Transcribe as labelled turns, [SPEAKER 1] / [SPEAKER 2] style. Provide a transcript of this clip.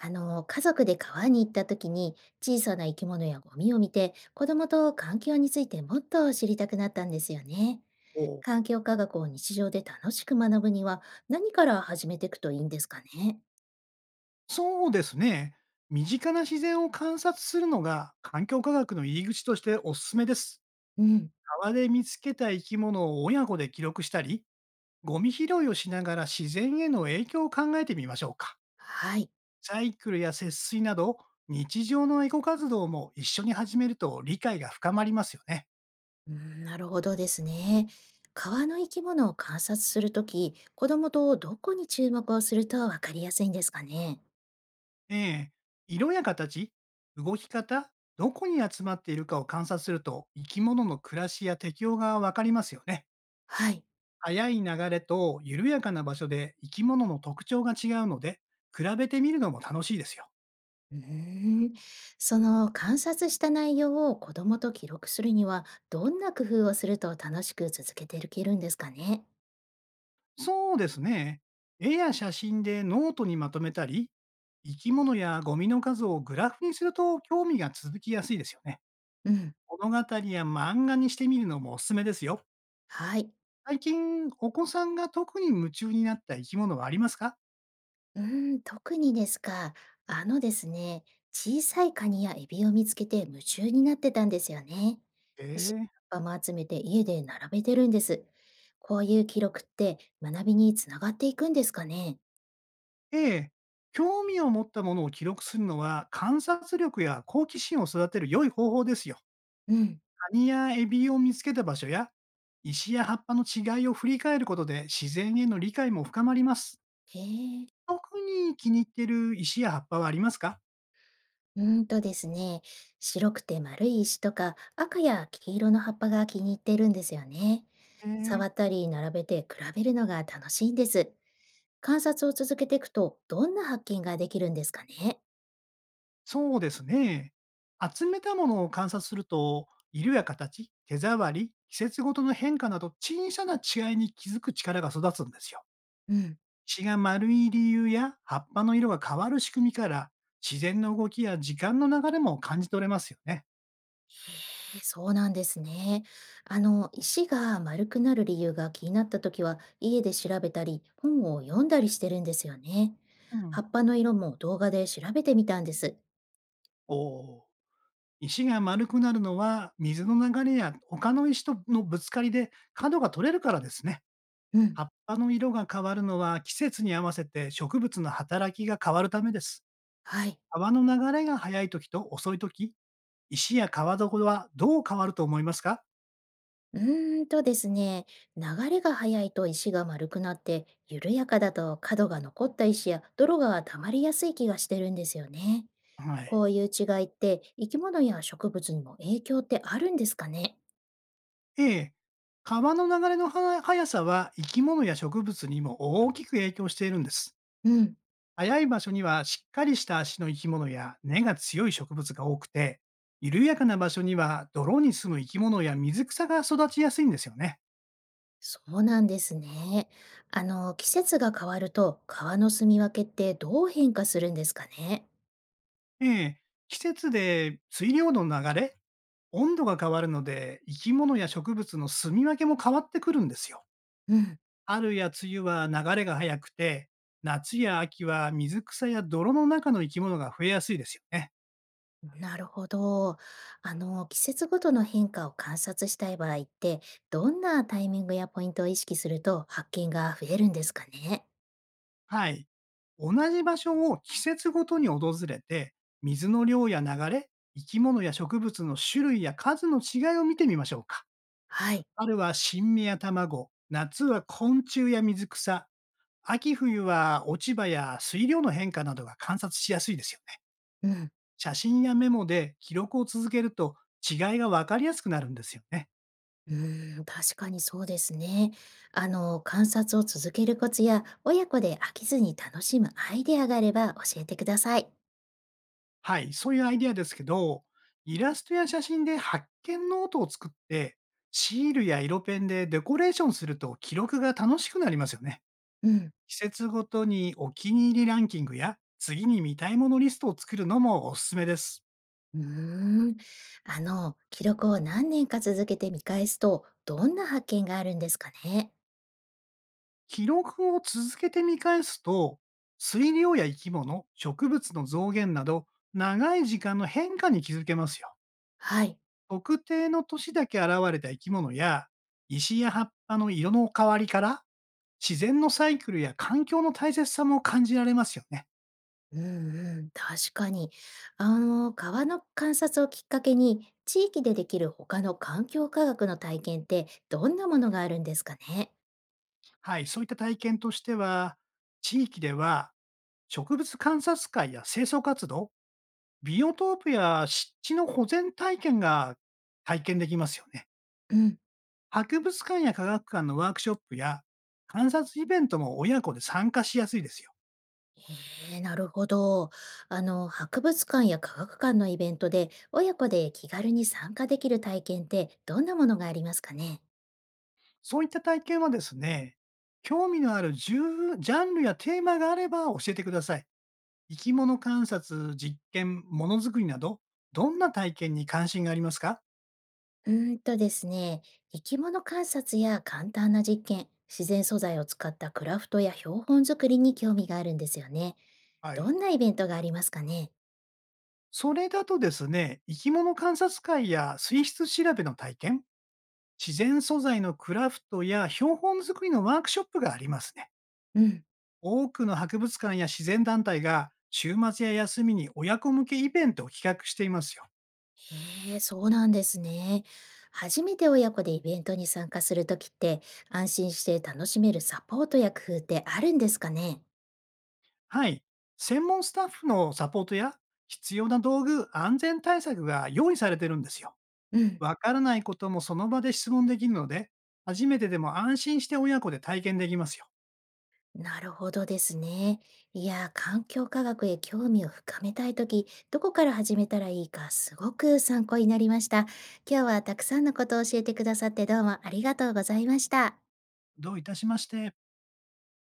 [SPEAKER 1] 家族で川に行った時に小さな生き物やゴミを見て子供と環境についてもっと知りたくなったんですよね。
[SPEAKER 2] お。
[SPEAKER 1] 環境科学を日常で楽しく学ぶには何から始めていくといいんですかね。
[SPEAKER 2] そうですね。身近な自然を観察するのが環境科学の入り口としておすすめです。
[SPEAKER 1] うん。
[SPEAKER 2] 川で見つけた生き物を親子で記録したり、ゴミ拾いをしながら自然への影響を考えてみましょうか。
[SPEAKER 1] はい。
[SPEAKER 2] サイクルや節水など、日常のエコ活動も一緒に始めると理解が深まりますよね。
[SPEAKER 1] うん、なるほどですね。川の生き物を観察するとき、子供とどこに注目をするとわかりやすいんですかね。
[SPEAKER 2] ええ色や形、動き方、どこに集まっているかを観察すると、生き物の暮らしや適応がわかりますよね。
[SPEAKER 1] はい。
[SPEAKER 2] 速い流れと緩やかな場所で生き物の特徴が違うので、比べてみるのも楽しいですよ。
[SPEAKER 1] うーん、その観察した内容を子供と記録するには、どんな工夫をすると楽しく続けていけるんですかね。
[SPEAKER 2] そうですね。絵や写真でノートにまとめたり、生き物やゴミの数をグラフにすると興味が続きやすいですよね。
[SPEAKER 1] うん、
[SPEAKER 2] 物語や漫画にしてみるのもおすすめですよ。
[SPEAKER 1] はい。
[SPEAKER 2] 最近、お子さんが特に夢中になった生き物はありますか？
[SPEAKER 1] うーん、特にですか。あのですね、小さいカニやエビを見つけて夢中になってたんですよね。石や
[SPEAKER 2] え
[SPEAKER 1] 葉っぱも集めて家で並べてるんです。こういう記録って学びにつながっていくんですかね。
[SPEAKER 2] えええ。興味を持ったものを記録するのは観察力や好奇心を育てる良い方法ですよ。
[SPEAKER 1] うん。
[SPEAKER 2] カニやエビを見つけた場所や、石や葉っぱの違いを振り返ることで自然への理解も深まります。
[SPEAKER 1] へえ。
[SPEAKER 2] 特に気に入っている石や葉っぱはありますか？
[SPEAKER 1] うーんとですね、白くて丸い石とか赤や黄色の葉っぱが気に入ってるんですよね。
[SPEAKER 2] えー、
[SPEAKER 1] 触ったり並べて比べるのが楽しいんです。観察を続けていくとどんな発見ができるんですかね。
[SPEAKER 2] そうですね。集めたものを観察すると、色や形、手触り、季節ごとの変化など小さな違いに気づく力が育つんですよ。
[SPEAKER 1] うん、え
[SPEAKER 2] 血が丸い理由や葉っぱの色が変わる仕組みから、自然の動きや時間の流れも感じ取れますよね。
[SPEAKER 1] そうなんですね。石が丸くなる理由が気になった時は家で調べたり本を読んだりしてるんですよね。
[SPEAKER 2] うん、
[SPEAKER 1] 葉っぱの色も動画で調べてみたんです。
[SPEAKER 2] おー石が丸くなるのは、水の流れや他の石とのぶつかりで角が取れるからですね。
[SPEAKER 1] うん、
[SPEAKER 2] 葉っぱの色が変わるのは季節に合わせて植物の働きが変わるためです。
[SPEAKER 1] はい。
[SPEAKER 2] 川の流れが速い時と遅い時、石や川床はどう変わると思いますか？
[SPEAKER 1] うーんとですね、流れが速いと石が丸くなって、緩やかだと角が残った石や泥が溜まりやすい気がしてるんですよね。
[SPEAKER 2] はい。
[SPEAKER 1] こういう違いって生き物や植物にも影響ってあるんですかね。
[SPEAKER 2] A、川の流れのは速さは生き物や植物にも大きく影響しているんです。
[SPEAKER 1] うん、
[SPEAKER 2] 早い場所にはしっかりした足の生き物や根が強い植物が多くて、緩やかな場所には泥に住む生き物や水草が育ちやすいんですよね。
[SPEAKER 1] そうなんですね。季節が変わると川の住み分けってどう変化するんですかね。
[SPEAKER 2] ええ季節で水量の流れ、温度が変わるので、生き物や植物の住み分けも変わってくるんですよ。
[SPEAKER 1] うん。
[SPEAKER 2] 春や梅雨は流れが速くて、夏や秋は水草や泥の中の生き物が増えやすいですよね。
[SPEAKER 1] なるほど。季節ごとの変化を観察したい場合って、どんなタイミングやポイントを意識すると発見が増えるんですかね。
[SPEAKER 2] はい。同じ場所を季節ごとに訪れて、水の量や流れ、生き物や植物の種類や数の違いを見てみましょうか。
[SPEAKER 1] はい。
[SPEAKER 2] 春は新芽や卵、夏は昆虫や水草、秋冬は落ち葉や水量の変化などが観察しやすいですよね。
[SPEAKER 1] うん。
[SPEAKER 2] 写真やメモで記録を続けると違いがわかりやすくなるんですよね。
[SPEAKER 1] うーん、確かにそうですね。観察を続けるコツや、親子で飽きずに楽しむアイデアがあれば教えてください。
[SPEAKER 2] はい、そういうアイディアですけど、イラストや写真で発見ノートを作って、シールや色ペンでデコレーションすると記録が楽しくなりますよね。
[SPEAKER 1] うん。
[SPEAKER 2] 季節ごとにお気に入りランキングや次に見たいものリストを作るのもおすすめです。
[SPEAKER 1] うーん。記録を何年か続けて見返すと、どんな発見があるんですかね。
[SPEAKER 2] 記録を続けて見返すと、水量や生き物、植物の増減など、長い時間の変化に気づけますよ。
[SPEAKER 1] はい。
[SPEAKER 2] 特定の年だけ現れた生き物や、石や葉っぱの色の変わりから自然のサイクルや環境の大切さも感じられますよね。
[SPEAKER 1] うんうん。確かに。川の観察をきっかけに、地域でできる他の環境科学の体験って、どんなものがあるんですかね。
[SPEAKER 2] はい、そういった体験としては、地域では植物観察会や清掃活動、ビオトープや湿地の保全体験が体験できますよね。
[SPEAKER 1] うん。
[SPEAKER 2] 博物館や科学館のワークショップや観察イベントも親子で参加しやすいですよ。
[SPEAKER 1] へえ、なるほど。博物館や科学館のイベントで、親子で気軽に参加できる体験って、どんなものがありますかね。
[SPEAKER 2] そういった体験はですね、興味のあるじゅうジャンルやテーマがあれば教えてください。生き物観察、実験、ものづくりなど、どんな体験に関心がありますか？
[SPEAKER 1] うーんとですね、生き物観察や簡単な実験、自然素材を使ったクラフトや標本作りに興味があるんですよね。
[SPEAKER 2] は
[SPEAKER 1] ど
[SPEAKER 2] い。
[SPEAKER 1] んなイベントがありますかね。
[SPEAKER 2] それだとですね、生き物観察会や水質調べの体験、自然素材のクラフトや標本作りのワークショップがありますね。
[SPEAKER 1] うん。
[SPEAKER 2] 多くの博物館や自然団体が週末や休みに親子向けイベントを企画していますよ。
[SPEAKER 1] へえ、そうなんですね。初めて親子でイベントに参加するときって、安心して楽しめるサポートや工夫ってあるんですかね。
[SPEAKER 2] はい。専門スタッフのサポートや必要な道具、安全対策が用意されてるんですよ。
[SPEAKER 1] うん。
[SPEAKER 2] わからないこともその場で質問できるので、初めてでも安心して親子で体験できますよ。
[SPEAKER 1] なるほどですね。いやー、環境科学へ興味を深めたいとき、どこから始めたらいいか、すごく参考になりました。今日はたくさんのことを教えてくださってどうもありがとうございました。
[SPEAKER 2] どういたしまして。